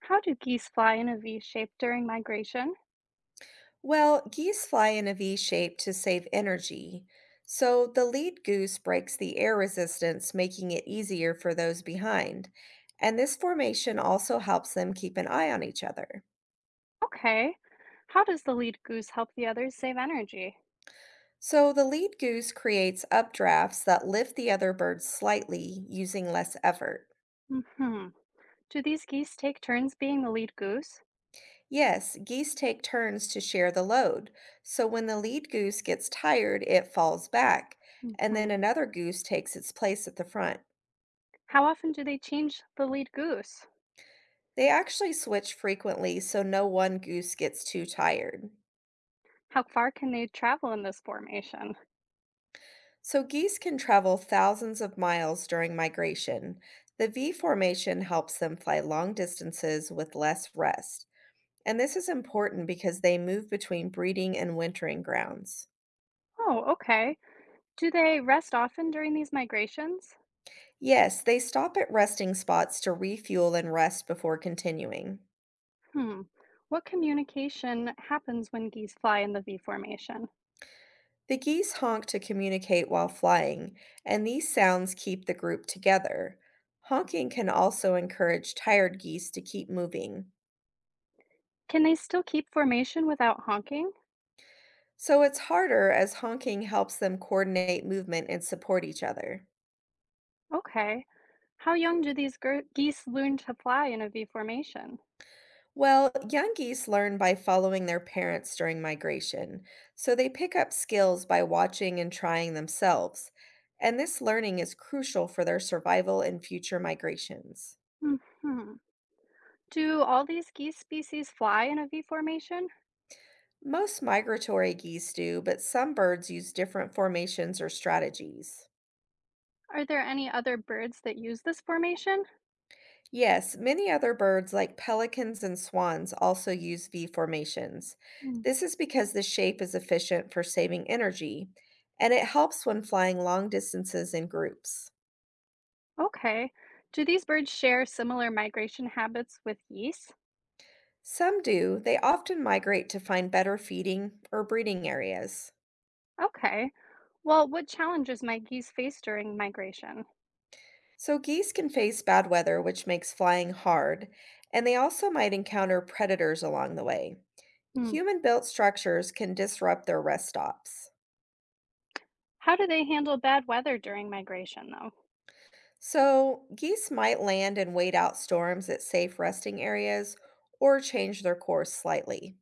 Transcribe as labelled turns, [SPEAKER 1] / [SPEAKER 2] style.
[SPEAKER 1] How do geese fly in a V shape during migration?
[SPEAKER 2] Well, geese fly in a V shape to save energy, so the lead goose breaks the air resistance, making it easier for those behind. And this formation also helps them keep an eye on each other.
[SPEAKER 1] Okay. How does the lead goose help the others save energy?
[SPEAKER 2] So the lead goose creates updrafts that lift the other birds slightly using less effort.
[SPEAKER 1] Hmm. Do these geese take turns being the lead goose?
[SPEAKER 2] Yes, geese take turns to share the load, so when the lead goose gets tired, it falls back, and then
[SPEAKER 1] Hmm.
[SPEAKER 2] another goose takes its place at the front.
[SPEAKER 1] How often do they change the lead goose?
[SPEAKER 2] They actually switch frequently so no one goose gets too tired.
[SPEAKER 1] How far can they travel in this formation?
[SPEAKER 2] So geese can travel thousands of miles during migration. The V formation helps them fly long distances with less rest. And this is important because they move between breeding and wintering grounds.
[SPEAKER 1] Oh, okay. Do they rest often during these migrations?
[SPEAKER 2] Yes, they stop at resting spots to refuel and rest before continuing.
[SPEAKER 1] Hmm. What communication happens when geese fly in the V formation?
[SPEAKER 2] The geese honk to communicate while flying, and these sounds keep the group together. Honking can also encourage tired geese to keep moving.
[SPEAKER 1] Can they still keep formation without honking?
[SPEAKER 2] So it's harder as honking helps them coordinate movement and support each other.
[SPEAKER 1] Okay. How young do these gir geese learn to fly in a V formation?
[SPEAKER 2] Well, young geese learn by following their parents during migration, so they pick up skills by watching and trying themselves. And this learning is crucial for their survival in future migrations.
[SPEAKER 1] Hmm. Do all these geese species fly in a V formation?
[SPEAKER 2] Most migratory geese do, but some birds use different formations or strategies.
[SPEAKER 1] Are there any other birds that use this formation?
[SPEAKER 2] Yes, many other birds, like pelicans and swans, also use V formations.
[SPEAKER 1] Hmm.
[SPEAKER 2] This is because the shape is efficient for saving energy, and it helps when flying long distances in groups.
[SPEAKER 1] Okay. Do these birds share similar migration habits with geese?
[SPEAKER 2] Some do, they often migrate to find better feeding or breeding areas.
[SPEAKER 1] Okay. Well, what challenges might geese face during migration?
[SPEAKER 2] So, geese can face bad weather, which makes flying hard, and they also might encounter predators along the way.
[SPEAKER 1] Hmm.
[SPEAKER 2] Human-built structures can disrupt their rest stops.
[SPEAKER 1] How do they handle bad weather during migration, though?
[SPEAKER 2] So, geese might land and wait out storms at safe resting areas or change their course slightly.